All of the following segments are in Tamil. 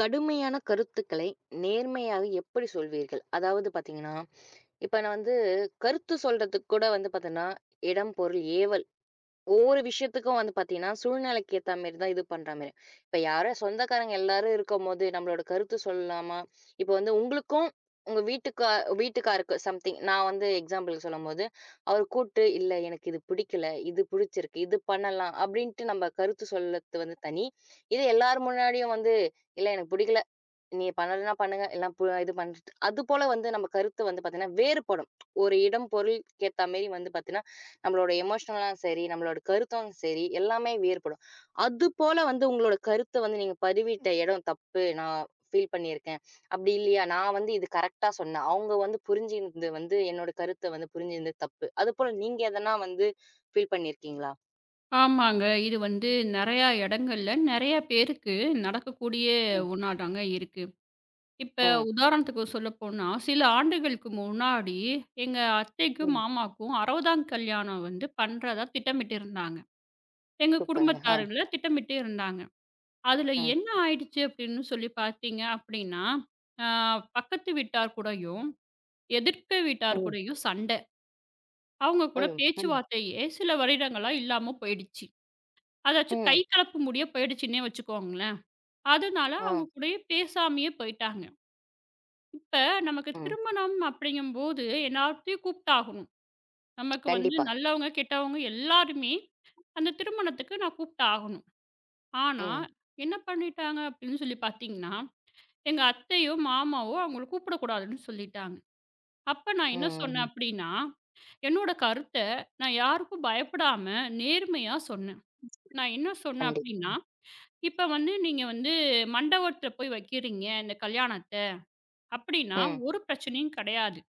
கடுமையான கருத்துக்களை நேர்மையாக எப்படி சொல்வீர்கள்? அதாவது பார்த்தீங்கன்னா, இப்ப நான் வந்து கருத்து சொல்றதுக்கு கூட வந்து பார்த்தீங்கன்னா, இடம், பொருள், ஏவல் ஒவ்வொரு விஷயத்துக்கும் வந்து பார்த்தீங்கன்னா, சூழ்நிலைக்கு ஏத்த மாரி தான் இது பண்ற மாரி. இப்ப யாரோ சொந்தக்காரங்க எல்லாரும் இருக்கும்போது நம்மளோட கருத்து சொல்லலாமா? இப்ப வந்து உங்களுக்கும் உங்க வீட்டுக்காருக்கு சம்திங் நான் வந்து எக்ஸாம்பிளுக்கு சொல்லும்போது, அவர் கூட்டு "இல்ல எனக்கு இது பிடிக்கல, இது பிடிச்சிருக்கு, இது பண்ணலாம்" அப்படின்ட்டு நம்ம கருத்து சொல்லறது வந்து தனி. இது எல்லார் முன்னாடியும் வந்து "இல்ல எனக்கு பிடிக்கல" நீங்க பண்ணலன்னா பண்ணுங்க. எல்லாம் இது பண்ணிட்டு அதுபோல வந்து நம்ம கருத்து வந்து பார்த்தீங்கன்னா, வேறுபடும். ஒரு இடம், பொருளுக்கு ஏத்த மாரி வந்து பார்த்தீங்கன்னா, நம்மளோட எமோஷனலும் சரி, நம்மளோட கருத்தும் சரி, எல்லாமே வேறுபடும். அதுபோல வந்து உங்களோட கருத்த வந்து நீங்க பதிவிட்ட இடம் தப்பு. நான் ஃபீல் பண்ணியிருக்கேன். அப்படி இல்லையா, நான் வந்து இது கரெக்ட்டா சொன்னேன். அவங்க வந்து புரிஞ்சிருந்து வந்து என்னோட கருத்த வந்து புரிஞ்சிருந்தது தப்பு. அதுபோல நீங்க எதனா வந்து ஃபீல் பண்ணியிருக்கீங்களா? ஆமாங்க. இது வந்து நெறையா இடங்கள்ல, நெறையா பேருக்கு நடக்கக்கூடிய ம். ஒண்ணா தாங்க இருக்கு. இப்ப ம். உதாரணத்துக்கு சொல்லப்போனா, சில ஆண்டுகளுக்கு முன்னாடி எங்க அத்தைக்கும், ம். மாமாக்கும் 60ஆம் கல்யாணம் வந்து பண்றதா திட்டமிட்டிருந்தாங்க. எங்க சூப்பருங்க. ஆ. குடும்பத்தாருல திட்டமிட்டு இருந்தாங்க. அதுல ம். என்ன ஆயிடுச்சு அப்படின்னு சொல்லி பார்த்தீங்க அப்படின்னா, ஆ பக்கத்து வீட்டார் கூடயும், எதிர்க்க வீட்டார் ம். கூடயும் சண்ட. அவங்க கூட ஐயோ! ம். பேச்சுவார்த்தையே சில வருடங்களா இல்லாம போயிடுச்சு. அதாச்சும் கை ம். கலப்பு முடிய போயிடுச்சுன்னே வச்சுக்கோங்களேன். அதனால ஆ. அவங்க கூடயே பேசாமயே போயிட்டாங்க. இப்ப நமக்கு ம். திருமணம் அப்படிங்கும்போது எல்லாத்தையும் கூப்பிட்டாகணும். நமக்கு வந்து கண்டிப்பா. நல்லவங்க, கெட்டவங்க எல்லாருமே அந்த திருமணத்துக்கு நான் கூப்பிட்டாகணும். ஆனா, ம். என்ன பண்ணிட்டாங்க அப்படின்னு சொல்லி பார்த்தீங்கன்னா, எங்க அத்தையோ, மாமாவோ அவங்கள கூப்பிடக்கூடாதுன்னு சொல்லிட்டாங்க. அப்ப நான் என்ன சொன்னேன் ம். அப்படின்னா, என்னோட கருத்த நான் யாருக்கும் பயப்படாம நேர்மையா சொன்னேன். நான் என்ன சொன்னேன் கண்டிப்பா. அப்படின்னா இப்ப வந்து நீங்க வந்து மண்டபத்துல போய் வைக்கிறீங்க, இந்த கல்யாணத்த அப்படின்னா, ம். ஒரு பிரச்சனையும் கிடையாது.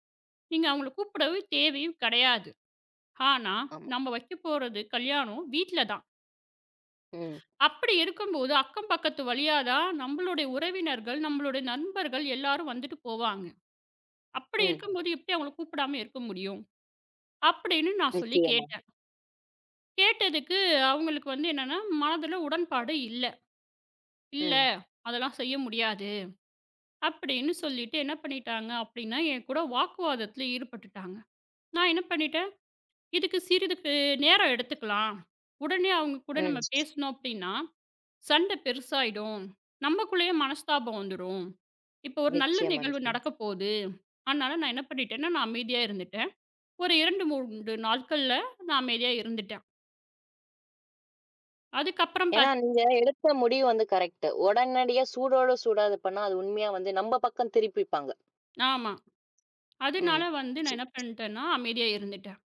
நீங்க அவங்கள கூப்பிடவே தேவையும் கிடையாது. ஆனா, ஆமா. நம்ம வைக்கப் போறது கல்யாணம் வீட்ல தான். ம். அப்படி இருக்கும்போது, அக்கம் பக்கத்து வழியா தான் நம்மளுடைய உறவினர்கள், நம்மளுடைய நண்பர்கள் எல்லாரும் வந்துட்டு போவாங்க. அப்படி ம். இருக்கும்போது எப்படி அவங்கள கூப்பிடாம இருக்க முடியும்? அப்படின்னு நான் சொல்லி நிச்சயமா. கேட்டேன். கேட்டதுக்கு அவங்களுக்கு வந்து என்னன்னா, மனதுல உடன்பாடு இல்ல. "இல்ல, ம். அதெல்லாம் செய்ய முடியாது. அப்படின்னு சொல்லிட்டு என்ன பண்ணிட்டாங்க அப்படின்னா, என் கூட வாக்குவாதத்தில ஈடுபட்டுட்டாங்க. நான் என்ன பண்ணிட்டேன், இதுக்கு சிறிதுக்கு நேரம் எடுத்துக்கலாம். உடனே அவங்க கூட ம். நம்ம பேசினோம் அப்படின்னா, சண்டை பெருசாயிடும். நமக்குள்ளேயே மனஸ்தாபம் வந்துரும். இப்போ ஒரு நல்ல நிச்சயமா, நிகழ்வு நிச்சயமா. நடக்க போது. அதனால நான் என்ன பண்ணிட்டேன்னா, நான் அமைதியா இருந்துட்டேன். ஒரு 2, 3 நாட்கள்ல நான் அமைதியா இருந்துட்டேன். அதுக்கப்புறம் ஏன்னா நீங்க எடுத்த முடிவு வந்து கரெக்ட்டு. உடனடியா சூடோட சூடா இது பண்ணா, அது உண்மையா வந்து நம்ம பக்கம் திருப்பிப்பாங்க. ஆமா. ம். அதனால வந்து சி நான் என்ன பண்ணிட்டேன்னா, அமைதியா இருந்துட்டேன்.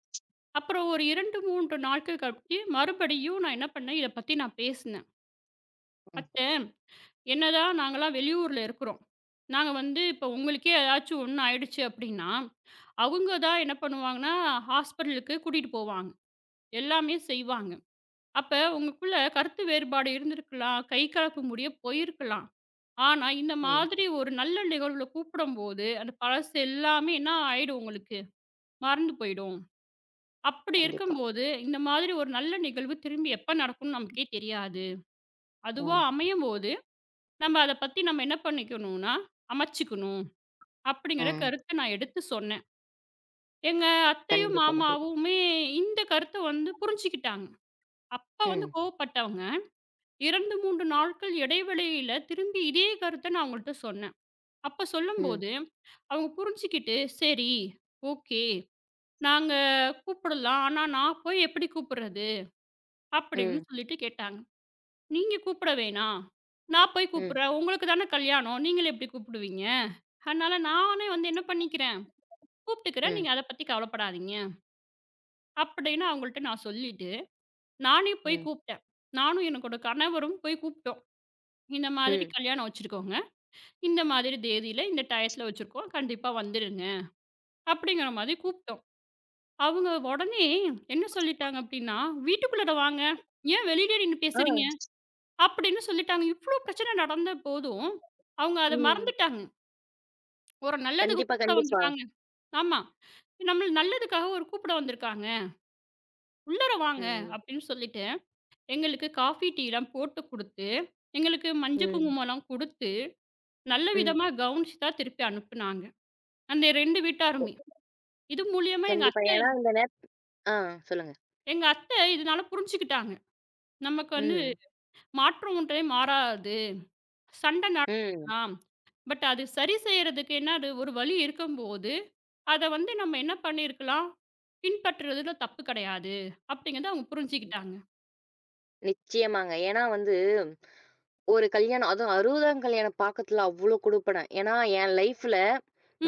அப்புறம் ஒரு 2, 3 நாட்கள் கழிச்சு மறுபடியும் நான் என்ன பண்ணேன், இத பத்தி நான் பேசினேன். ம். "அத்த, என்னதான் நாங்கலாம் வெளியூர்ல இருக்கிறோம். நாங்க வந்து இப்ப உங்களுக்கே ஏதாச்சும் ஒண்ணு ஆயிடுச்சு அப்படின்னா, அவங்க தான் என்ன பண்ணுவாங்கன்னா, ஹாஸ்பிட்டலுக்கு கூட்டிட்டு போவாங்க. எல்லாமே செய்வாங்க. அப்ப உங்களுக்குள்ள கருத்து வேறுபாடு இருந்திருக்கலாம். கை கலப்பு முடிய போயிருக்கலாம். ஆனா, இந்த ம். மாதிரி ஒரு நல்ல நிகழ்வுல கூப்பிடும்போது, அந்த பழசு எல்லாமே என்ன ஆயிடும் உங்களுக்கு? மறந்து போயிடும்." அப்படி கண்டிப்பா. இருக்கும்போது, இந்த மாதிரி ஒரு நல்ல நிகழ்வு திரும்பி எப்ப நடக்கும்னு நமக்கே தெரியாது. அதுவா ம். அமையும்போது, நம்ம அத பத்தி நம்ம என்ன பண்ணிக்கணும்னா, அமைச்சுக்கணும் அப்படிங்கிற ம். கருத்த நான் எடுத்து சொன்னேன். எங்க அத்தையும், கண்டிப்பா. மாமாவுமே இந்த கருத்த வந்து புரிஞ்சுக்கிட்டாங்க. அப்ப வந்து ம். கோவப்பட்டவங்க, 2, 3 நாட்கள் இடைவெளியில திரும்பி இதே கருத்த நான் அவங்கள்ட்ட சொன்னேன். அப்ப ம். சொல்லும்போது, அவங்க புரிஞ்சுக்கிட்டு, "சரி, ஓகே. நாங்க கூப்பிடலாம். ஆனா நான் போய் எப்படி கூப்பிடுறது?" அப்படின்னு ம். சொல்லிட்டு கேட்டாங்க. நீங்க கூப்பிட வேணாம். நான் போய் ம். கூப்பிடுறேன். உங்களுக்கு தானே கல்யாணம். நீங்கள எப்படி கூப்பிடுவீங்க? அதனால நானே வந்து என்ன பண்ணிக்கிறேன், கூப்பிட்டுக்கிறேன். ம். நீங்க அத பத்தி கவலைப்படாதீங்க." அப்படின்னு அவங்கள்ட்ட நான் சொல்லிட்டு, நானே போய் ம். கூப்பிட்டேன். நானும் என்னோட கணவரும் போய் கூப்பிட்டோம். "இந்த மாதிரி ம். கல்யாணம் வச்சிருக்கோங்க. இந்த மாதிரி தேதியில, இந்த டயத்துல வச்சிருக்கோம். கண்டிப்பா வந்துருங்க." அப்படிங்கிற மாதிரி கூப்பிட்டோம். அவங்க உடனே என்ன சொல்லிட்டாங்க அப்படின்னா, "வீட்டுக்குள்ளார வாங்க. ஏன் வெளியில நின்னு ஆ. பேசுறீங்க?" அப்படின்னு சொல்லிட்டாங்க. இவ்ளோ பிரச்சனை நடந்த போதும், அவங்க அத ம். மறந்துட்டாங்க. ஒரு நல்லதுக்கு கண்டிப்பா, கூப்பிட கண்டிப்பா. வந்திருக்காங்க. ஆமா. நம்மள நல்லதுக்காக ஒரு கூப்பிட வந்திருக்காங்க. உள்ளார வாங்க ம். அப்படின்னு சொல்லிட்டு, எங்களுக்கு காஃபி, டீலாம் போட்டு குடுத்து, எங்களுக்கு மஞ்ச ம். குங்குமம்லாம் குடுத்து, நல்ல ம். விதமா கவனிச்சு தான் திருப்பி அனுப்புனாங்க. அந்த 2 வீட்டாருமே. இது மூலியமா எங்க கண்டிப்பா. அத்தை ஏன்னா இந்த நேர ஆ சொல்லுங்க. எங்க அத்தை இதனால புரிஞ்சுக்கிட்டாங்க. நமக்கு வந்து ம். மாற்றம் ஒன்றே மாறாது. சண்டை ம். நடக்கலாம். பட் அது சரி செய்றதுக்கு என்னது ஒரு வழி இருக்கும்போது அத வந்து நம்ம என்ன பண்ணியிருக்கலாம், பின்பற்றுறதுல தப்பு கிடையாது, அப்படிங்கிறத அவங்க புரிஞ்சுக்கிட்டாங்க. நிச்சயமாங்க. ஏன்னா வந்து, ஒரு கல்யாணம் அதுவும் 60ஆம் கல்யாண பாக்கத்துல அவ்ளோ குடுப்பன. ஏன்னா, என் லைஃப்ல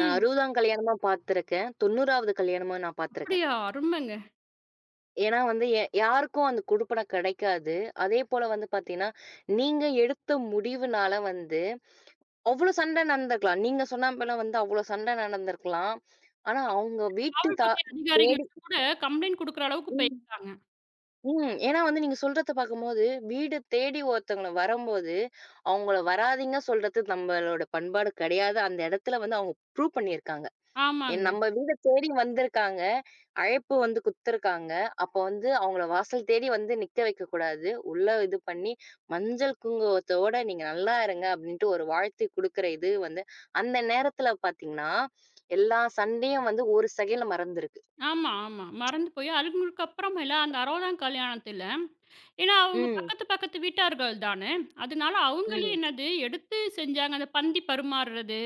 நான் 60ஆம் கல்யாணமா பார்த்துருக்கேன். 90வது கல்யாணமா நான் பார்த்துருக்கேன். அப்படியா? அருமைங்க. ஏன்னா வந்து, யாருக்கும் அந்த குடுப்பன கெடைக்காது. அதேபோல வந்து பாத்தீங்கன்னா, நீங்க எடுத்த முடிவுனால வந்து அவ்ளோ சண்டை நடந்திருக்கலாம். நீங்க சொன்னா போல வந்து அவ்ளோ சண்டை நடந்திருக்கலாம். ஆனா, அவங்க வீட்டு தா காவல்துறை தேடி அதிகாரிங்கள்ட்ட கூட கம்ப்ளைண்ட் குடுக்குற அளவுக்கு ம். போயிருக்காங்க. ம். ஏன்னா வந்து நீங்க சொல்றத பார்க்கும்போது, வீடு தேடி ஒருத்தவங்கள வரம்போது, அவங்கள வராதீங்க சொல்றது நம்மளோட பண்பாடு கிடையாது. அந்த இடத்துல வந்து அவங்க ப்ரூவ் பண்ணியிருக்காங்க. என் ஆமாங்க. நம்ம வீட தேடி வந்திருக்காங்க. அழைப்பு வந்து குடுத்துருக்காங்க. அப்போ வந்து அவங்கள வாசல் தேடி வந்து நிக்க வைக்கக்கூடாது. உள்ள இது பண்ணி மஞ்சள் குங்குமத்தோட நீங்க நல்லா இருங்க அப்படின்ட்டு ஒரு வாழ்த்து குடுக்குற இது வந்து, அந்த நேரத்துல பார்த்தீங்கன்னா, எல்லா சண்டையும் வந்து ஒரு செகண்ட்ல மறந்திருக்கு. ஆமா, ஆமா. மறந்து போய் அதுங்களுக்கு அப்புறமேல அந்த 60ஆம் கல்யாணத்தில ஏன்னா அவங்க ம், பக்கத்து பக்கத்து வீட்டார்கள் தானே. அதனால அவங்களே ம், என்னது எடுத்து செஞ்சாங்க. அந்த பந்தி பரிமாறுறது,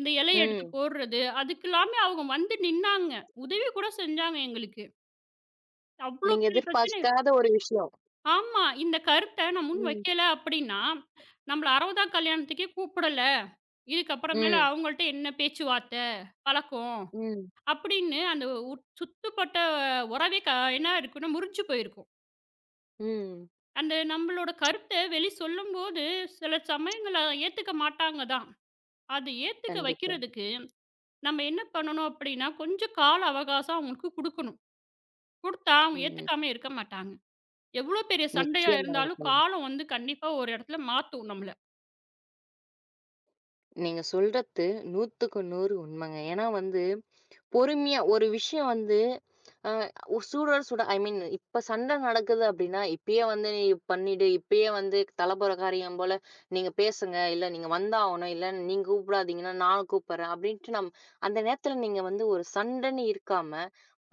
இந்த இலைய எடுத்து ம். போடுறது, அதுக்கெல்லாமே அவங்க வந்து நின்னாங்க. உதவி கூட செஞ்சாங்க எங்களுக்கு. அவ்வளோ நீங்க பெரிய பிரச்சனை எதிர்பார்க்காத ஒரு விஷயம். ஆமா. இந்த கருத்த நான் முன் ம். வைக்கல அப்படின்னா, நம்மள 60ஆம் கல்யாணத்துக்கே கூப்பிடல. இதுக்கப்புறமேல ம். அவங்கள்ட்ட என்ன பேச்சுவார்த்த, பழக்கம் ம். அப்படின்னு அந்த உ சுத்துப்பட்ட உறவே க என்ன இருக்குன்னா முறிஞ்சு போயிருக்கும். ம். அந்த நம்மளோட கருத்த வெளி சொல்லும்போது, சில சமயங்கள்ல அத ஏத்துக்க மாட்டாங்க தான். அது ஏத்துக்க கண்டிப்பா. வைக்கிறதுக்கு நம்ம என்ன பண்ணணும் அப்படின்னா, கொஞ்சம் கால அவகாசம் அவங்களுக்கு குடுக்கணும். குடுத்தா அவங்க ம். ஏத்துக்காம இருக்க மாட்டாங்க. எவ்வளோ பெரிய சண்டையா நிச்சயமா இருந்தாலும், இருக்கும். காலம் வந்து கண்டிப்பா ஒரு இடத்துல மாத்தும் நம்மள. நீங்க சொல்றது 100க்கு 100 உண்மைங்க. ஏன்னா வந்து பொறுமையா ஒரு விஷயம் வந்து அ சுட சுட ஐ மீன் இப்ப சண்டை நடக்குது அப்டின்னா, இப்பயே வந்து நீ பண்ணிடு. இப்பயே வந்து தலபுற காரியம் போல நீங்க பேசுங்க. இல்ல நீங்க வந்தாகணும். இல்ல நீங்க கூப்பிடாதீங்கன்னா, நான் கூப்பிடுறேன். அப்டின்ட்டு நம் அந்த நேரத்துல நீங்க வந்து ஒரு சண்டைன்னு இருக்காம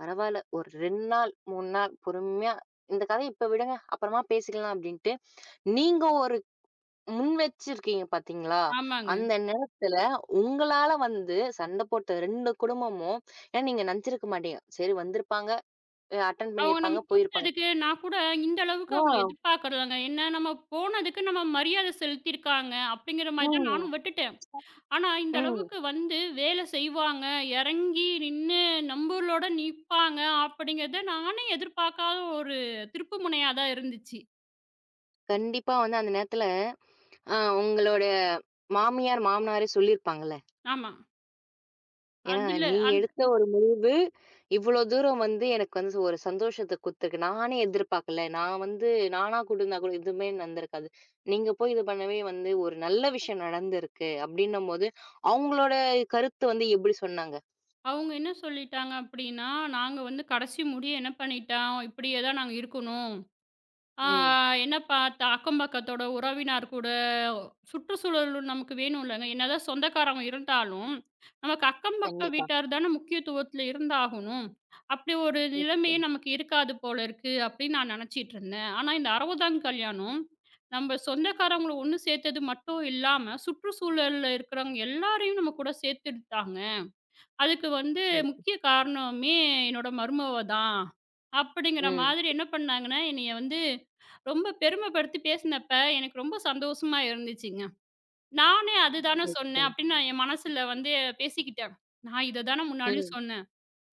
பரவால்ல. ஒரு 2 நாள், 3 நாள் பொறுமையா இந்த கதைய இப்ப விடுங்க. அப்புறமா பேசிக்கலாம் அப்டின்ட்டு, நீங்க ஒரு முன் வச்சிருக்கீங்க பார்த்தீங்களா? ஆமாங்க. அந்த நேரத்துல உங்களால வந்து சண்ட போட்ட 2 குடும்பமும் ஏன்னா நீங்க நெனச்சிருக்க மாட்டீங்க. சரி வந்திருப்பாங்க, அட்டெண்ட் அவங்க நம்ம பண்ணியிருப்பாங்க, போயிருப்பாங்க. கூப்பிட்டதுக்கு நான் கூட இந்த அளவுக்கு ஆ, அவங்கள எதிர்பார்க்கலங்க. என்ன நம்ம போனதுக்கு நம்ம மரியாதை செலுத்தியிருக்காங்க, அப்படிங்கிற மாரி தான் ம், நானும் விட்டுட்டேன். ஆனா, இந்த ம். அளவுக்கு வந்து வேலை செய்வாங்க, இறங்கி நின்னு நம்மளோட நிப்பாங்க அப்படிங்கிறத நானே எதிர்பார்க்காத ஒரு திருப்புமுனையா தான் இருந்துச்சு. கண்டிப்பா வந்து அந்த நேரத்துல உங்களோட மாமியார், மாமனாரே சொல்லியிருப்பாங்கல்ல. ஆமா. ஏன்னா, அதில நீ அந் எடுத்த வந்து இவ்வளோ தூரம் வந்து எனக்கு வந்து ஒரு சந்தோஷத்த குடுத்துருக்கு. நானே எதிர்பார்க்கல. நான் வந்து நானா குடுந்தா கூட எதுவுமே நடந்திருக்காது. நீங்க போய் இது பண்ணவே வந்து ஒரு நல்ல விஷயம் நடந்திருக்கு அப்டின்னும்போது, அவங்களோட கருத்து வந்து எப்டி சொன்னாங்க? அவங்க என்ன சொல்லிட்டாங்க அப்படின்னா, நாங்க வந்து கடைசி முடிய என்ன பண்ணிட்டோம், இப்படியே தான் நாங்க இருக்கணும். ஆ ம். என்னப்பா அக்கம் பக்கத்தோட உறவினார் கூட சுற்றுச்சூழல் நமக்கு வேணும் இல்லைங்க. என்னதான் சொந்தக்காரவங்க இருந்தாலும், நமக்கு அக்கம் பக்க கண்டிப்பா. வீட்டார் தானே முக்கியத்துவத்துல இருந்தாகணும். அப்படி ஒரு நிலைமையே நிச்சயம். நமக்கு இருக்காது போல இருக்கு அப்படின்னு நான் நினைச்சிட்டு இருந்தேன். ஆனா இந்த 60ஆம் கல்யாணம் நம்ம சொந்தக்காரவங்கள ஒண்ணு சேர்த்தது மட்டும் இல்லாம, சுற்றுச்சூழல்ல இருக்கிறவங்க எல்லாரையும் நம்ம கூட சேர்த்துட்டாங்க. அதுக்கு வந்து ம். முக்கிய காரணமே என்னோட மருமவ தான். அப்படிங்கிற ம். மாதிரி என்ன பண்ணாங்கன்னா, என்னைய வந்து ரொம்ப பெருமைப்படுத்தி பேசினப்ப, எனக்கு ரொம்ப சந்தோஷமா இருந்துச்சுங்க. நானே அதுதானே சொன்னேன் நிச்சயம். அப்படின்னு நான் என் மனசுல வந்து பேசிக்கிட்டேன். நான் இத தானே முன்னாடியும் ம். சொன்னேன்.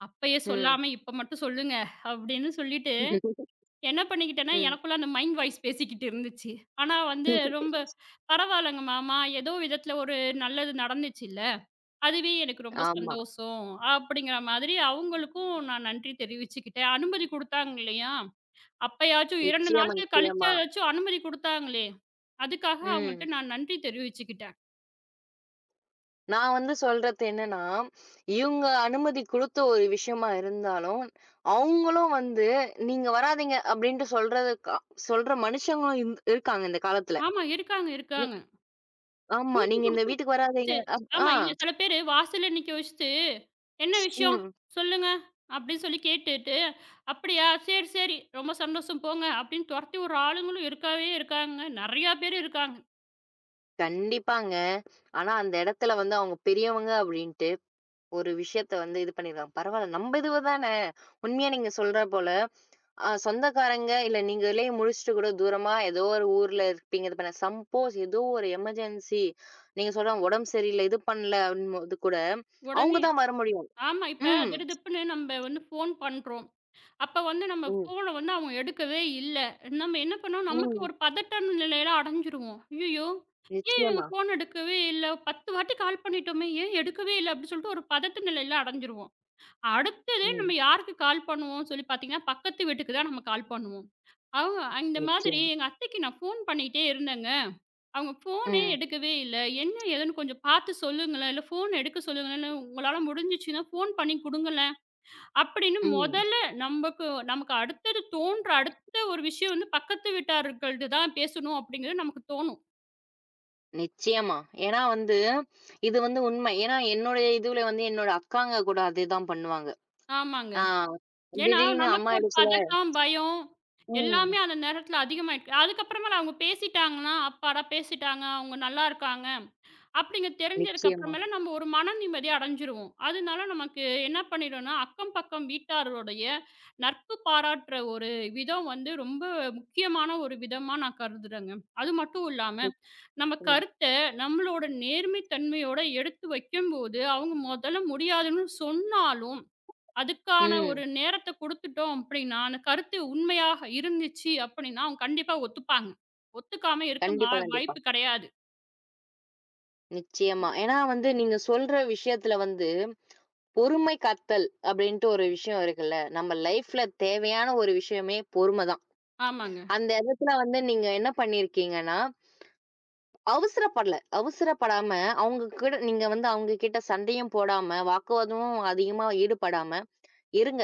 அப்பயே ம். சொல்லாம இப்ப மட்டும் சொல்லுங்க அப்படின்னு சொல்லிட்டு, என்ன பண்ணிக்கிட்டேன்னா, ம். எனக்குள்ள அந்த மைண்ட் வாய்ஸ் பேசிக்கிட்டு இருந்துச்சு. ஆனா வந்து ரொம்ப பரவாயில்லங்க மாமா, ஏதோ விதத்துல ஒரு நல்லது நடந்துச்சுல்ல. அதுவே எனக்கு ரொம்ப ஆமா. சந்தோஷம் அப்படிங்கிற மாதிரி அவங்களுக்கும் நான் நன்றி தெரிவிச்சுக்கிட்டேன். அனுமதி குடுத்தாங்க இல்லையா? அப்பயாச்சும் 2 நிச்சயமா, நாட்கள் நிச்சயமா. கழிச்சாச்சும் அனுமதி குடுத்தாங்களே! அதுக்காக ம். அவங்கள்ட்ட நான் நன்றி தெரிவிச்சுக்கிட்டேன். நான் வந்து சொல்றது என்னன்னா, இவங்க அனுமதி குடுத்த ஒரு விஷயமா இருந்தாலும், அவங்களும் வந்து "நீங்க வராதீங்க" அப்படின்ட்டு சொல்றதுக்கா சொல்ற மனுஷங்களும் இருக்காங்க இந்த காலத்துல. ஆமா இருக்காங்க, நி இருக்காங்க. ஆமா. மூச்சு "நீங்க இந்த வீட்டுக்கு வராதீங்க" குடுத்துச்சு. ஆ. ஆமா இல்ல சில பேரு வாசல்ல நிக்க வச்சுட்டு, "என்ன விஷயம்? ம். சொல்லுங்க." அப்படின்னு சொல்லி கேட்டுட்டு, "அப்படியா? சரி, சரி. ரொம்ப சந்தோஷம் போங்க." அப்படின்னு தொரத்தி விடுற ஆளுங்களும் இருக்கவே இருக்காங்க. நெறையா பேர் இருக்காங்க. கண்டிப்பாங்க. ஆனா அந்த இடத்துல வந்து அவங்க பெரியவங்க அப்படின்ட்டு ஒரு விஷயத்த வந்து இது பண்ணிருக்காங்க. பரவால்ல நம்ம இதுவ தானே! உண்மையா நீங்க சொல்ற போல. சொந்தக்காரங்க, இல்ல நீங்களே முடிச்சுட்டு கூட தூரமா ஏதோ ஒரு ஊர்ல இருப்பீங்க. இது பண்ண சப்போஸ் ஏதோ ஒரு எமர்ஜென்சி நீங்க சொல்ற உடம்பு சரியில்ல, இது பண்ணல அப்படின்போது கூட, அவங்க உடனே தான் வர முடியும். ஆமா இப்ப ம். திடுதிப்புன்னு நம்ம வந்து ஃபோன் பண்றோம். அப்ப வந்து நம்ம ம். ஃபோன வந்து அவங்க எடுக்கவே இல்ல. நம்ம என்ன பண்ணோம், நமக்கு ம். ஒரு பதட்ட நிலையில அடைஞ்சிருவோம். ஐய்யயோ! ஏன் இவங்க நிச்சயமா. ஃபோன் எடுக்கவே இல்ல? 10 வாட்டி கால் பண்ணிட்டோமே, ஏன் எடுக்கவே இல்ல? அப்டி சொல்லிட்டு ஒரு பதட்ட நிலையில அடைஞ்சிருவோம். அடுத்ததே ம். நம்ம யாருக்கு கால் பண்ணுவோம்னு சொல்லி பார்த்தீங்கன்னா, பக்கத்து வீட்டுக்கு தான் நம்ம கால் பண்ணுவோம். அவங்க இந்த மாதிரி நிச்சயமா. எங்க அத்தைக்கு நான் ஃபோன் பண்ணிட்டே இருந்தேங்க. அவங்க ஃபோனே ம். எடுக்கவே இல்ல. என்ன ஏதுன்னு கொஞ்சம் பார்த்து சொல்லுங்களேன், இல்ல ஃபோன் எடுக்க சொல்லுங்களேன், இல்ல உங்களால முடிஞ்சுச்சுன்னா ஃபோன் பண்ணி குடுங்களேன். அப்படின்னு ம். முதல்ல நமக்கு நமக்கு அடுத்தது தோன்ற அடுத்த ஒரு விஷயம் வந்து பக்கத்து வீட்டார்கள்து தான் பேசணும் அப்படிங்கிறது நமக்கு தோணும். நிச்சயமா. ஏன்னா வந்து, இது வந்து உண்மை. ஏன்னா என்னுடைய இதுல வந்து என்னோட அக்காங்க கூட அதே தான் பண்ணுவாங்க. ஆமாங்க. ஆ ஏன்னா, திடீர்னு நமக்கு அம்மா ஒரு இடத்துல பதட்டம், பயம் எல்லாமே ம். அந்த நேரத்துல அதிகமாயிருக்கு. அதுக்கப்புறமேல அவங்க பேசிட்டாங்கன்னா, அப்பாடா பேசிட்டாங்க, அவங்க நல்லா இருக்காங்க அப்படிங்கிறது தெரிஞ்சதுக்கு நிச்சயமா, அப்புறமேல நம்ம ஒரு மன நிம்மதி அடைஞ்சுருவோம். அதனால நமக்கு என்ன பண்ணிடும்னா, அக்கம் பக்கம் வீட்டாருடைய நட்பு பாராட்டுற ஒரு விதம் வந்து ரொம்ப முக்கியமான ஒரு விதமா நான் கருதுறேங்க. அது மட்டும் இல்லாம நம்ம நிச்சயமா. கருத்த நம்மளோட நேர்மை தன்மையோட எடுத்து வைக்கும்போது, அவங்க மொதல்ல முடியாதுன்னு சொன்னாலும், அதுக்கான ம். ஒரு நேரத்த குடுத்துட்டோம் அப்படின்னா, அந்த கருத்து உண்மையாக இருந்துச்சு அப்படின்னா, அவங்க கண்டிப்பா ஒத்துப்பாங்க. ஒத்துக்காம இருக்க மா கண்டிப்பா, கண்டிப்பா. வாய்ப்பு கெடையாது. நிச்சயமா. ஏன்னா வந்து நீங்க சொல்ற விஷயத்துல வந்து, பொறுமை காத்தல் அப்படின்ட்டு ஒரு விஷயம் இருக்குல்ல. நம்ம லைஃப்ல தேவையான ஒரு விஷயமே பொறுமை தான். ஆமாங்க. அந்த இடத்துல வந்து நீங்க என்ன பண்ணியிருக்கீங்கன்னா, அவசரப்படல. அவசரப்படாம அவங்க கூட நீங்க வந்து அவங்க கிட்ட சண்டையும் போடாம, வாக்குவாதமும் அதிகமா ஈடுபடாம, "இருங்க.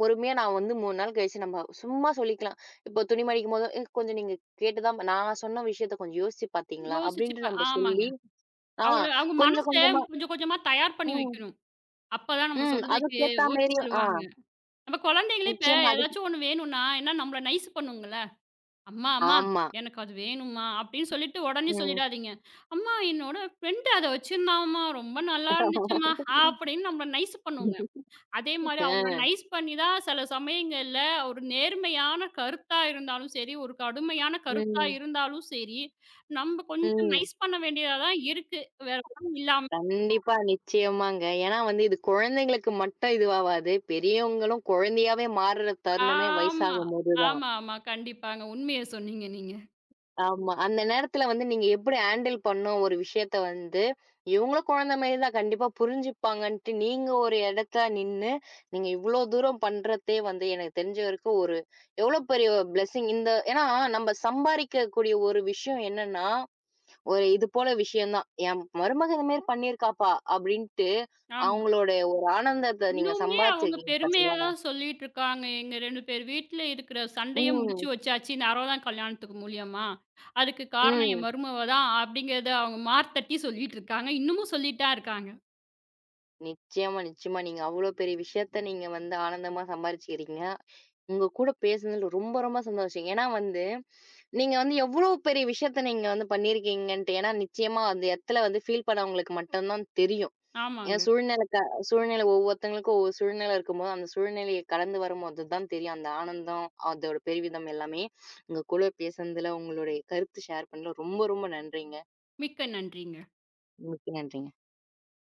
பொறுமையா நான் வந்து 3 நாள் கழிச்சு நம்ம சும்மா சொல்லிக்கலாம். இப்போ துணி மடிக்கும்போது, "ஏ கொஞ்சம் நீங்க கேட்டு தான் நான் சொன்ன விஷயத்த கொஞ்சம் யோசிச்சு பார்த்தீங்களா?" யோசிச்சு பா அப்படின்ட்டு நம்ம ஆமாங்க. சொல்லி ஆ அவங்கள அவங்க மனச கொஞ்சம் கொஞ்சமா கொஞ்சம் கொஞ்சமா தயார் பண்ணி ம். வைக்கணும். அப்பதான் நம்ம ம். சொல்றதுக்கு அதுக்கேத்தா ஓகே மேரி ஆ சொல்லுவாங்க. நம்ம குழந்தைங்களே இப்ப நிச்சயமா அதுக்கு ஏதாச்சும் ஒண்ணு வேணும்னா, என்ன நம்மள நைஸ் பண்ணுங்கள? "அம்மா ஆமா. எனக்கு அது வேணும்மா" அப்படின்னு சொல்லிட்டு உடனே ம். சொல்லிடாதீங்க. "அம்மா என்னோட ஃப்ரெண்ட் அத வச்சிருந்தாம்மா, ரொம்ப நல்லா இருந்துச்சும்மா" அப்படின்னு நம்மள நைஸ் பண்ணுங்க. அதே மாரி அவங்கள ஆ. நைஸ் பண்ணி தான் சில சமயங்கள்ல ஒரு நேர்மையான கருத்தா இருந்தாலும் சரி, ஒரு கடுமையான கருத்தா ம். இருந்தாலும் சரி, நம்ம கொஞ்சம் ம். நைஸ் பண்ண வேண்டியதா தான் இருக்கு. வேற ஒண்ணும் இல்லாம. கண்டிப்பா, நிச்சயமாங்க. ஏன்னா வந்து இது குழந்தைங்களுக்கு மட்டும் இதுவாவாது. பெரியவங்களும் குழந்தையாவே மாறுற தருணமே ஆமா, வயசாகும்போது ஆமா. கண்டிப்பாங்க. உண்மைய சொன்னீங்க நீங்க. ஆமா. அந்த நேரத்துல வந்து நீங்க எப்படி ஹேண்டில் பண்ணணும் ஒரு விஷயத்த வந்து, இவங்களும் குழந்தை மாரி தான் கண்டிப்பா புரிஞ்சுப்பாங்கன்ட்டு, நீங்க ஒரு இடத்துல நின்னு, நீங்க இவ்ளோ தூரம் பண்றதே வந்து எனக்கு தெரிஞ்ச வரைக்கும் ஒரு எவ்ளோ பெரிய பிளெஸ்ஸிங். இந்த ஏன்னா நம்ம சம்பாரிக்கக்கூடிய ஒரு விஷயம் என்னன்னா, ஒரு இது போல விஷயம் தான். என் மருமக இந்த மாரி பண்ணியிருக்காப்பா அப்படின்ட்டு, ஆமா. அவங்களோட ஒரு ஆனந்தத்த நீங்க இன்னுமே அவங்க சம்பாரிச்சிருக்கீங்க பெருமையா பாத்தீங்களா? தான் சொல்லிட்டு இருக்காங்க. எங்க 2 பேர் வீட்ல இருக்கிற சண்டைய முடிச்சு ம், வச்சாச்சு. இந்த 60ஆம் கல்யாணத்துக்கு மூலியமா. அதுக்கு காரணம் என் ம். மருமவ தான் அப்படிங்கிறத அவங்க மார்த்தட்டி சொல்லிட்டு இருக்காங்க. இன்னமும் சொல்லிட்டு தான் இருக்காங்க. நிச்சயமா, நிச்சயமா. நீங்க அவ்ளோ பெரிய விஷயத்த நீங்க வந்து ஆனந்தமா சம்பாரிச்சுக்கிறீங்க. உங்க கூட பேசுனதுல ரொம்ப ரொம்ப சந்தோஷம். ஏன்னா வந்து, நீங்க வந்து எவ்ளோ பெரிய விஷயத்த நீங்க வந்து பண்ணியிருக்கீங்கன்ட்டு. ஏன்னா நிச்சயமா அந்த இடத்துல வந்து ஃபீல் பண்ணவங்களுக்கு மட்டும் தான் தெரியும். ஏன்னா ஆமாங்க. சூழ்நிலைக்க சூழ்நிலை ஒவ்வொருத்தங்களுக்கும் ஒவ்வொரு சூழ்நிலை இருக்கும்போது, அந்த சூழ்நிலைய கடந்து வரும்போது தான் தெரியும் அந்த ஆனந்தம், அதோட பெருமிதம் எல்லாமே. உங்க கூட பேசுனதுல, உங்களுடைய கருத்து ஷேர் பண்ணதுல ரொம்ப ரொம்ப நன்றிங்க. மிக்க நன்றிங்க. மிக்க நன்றிங்க.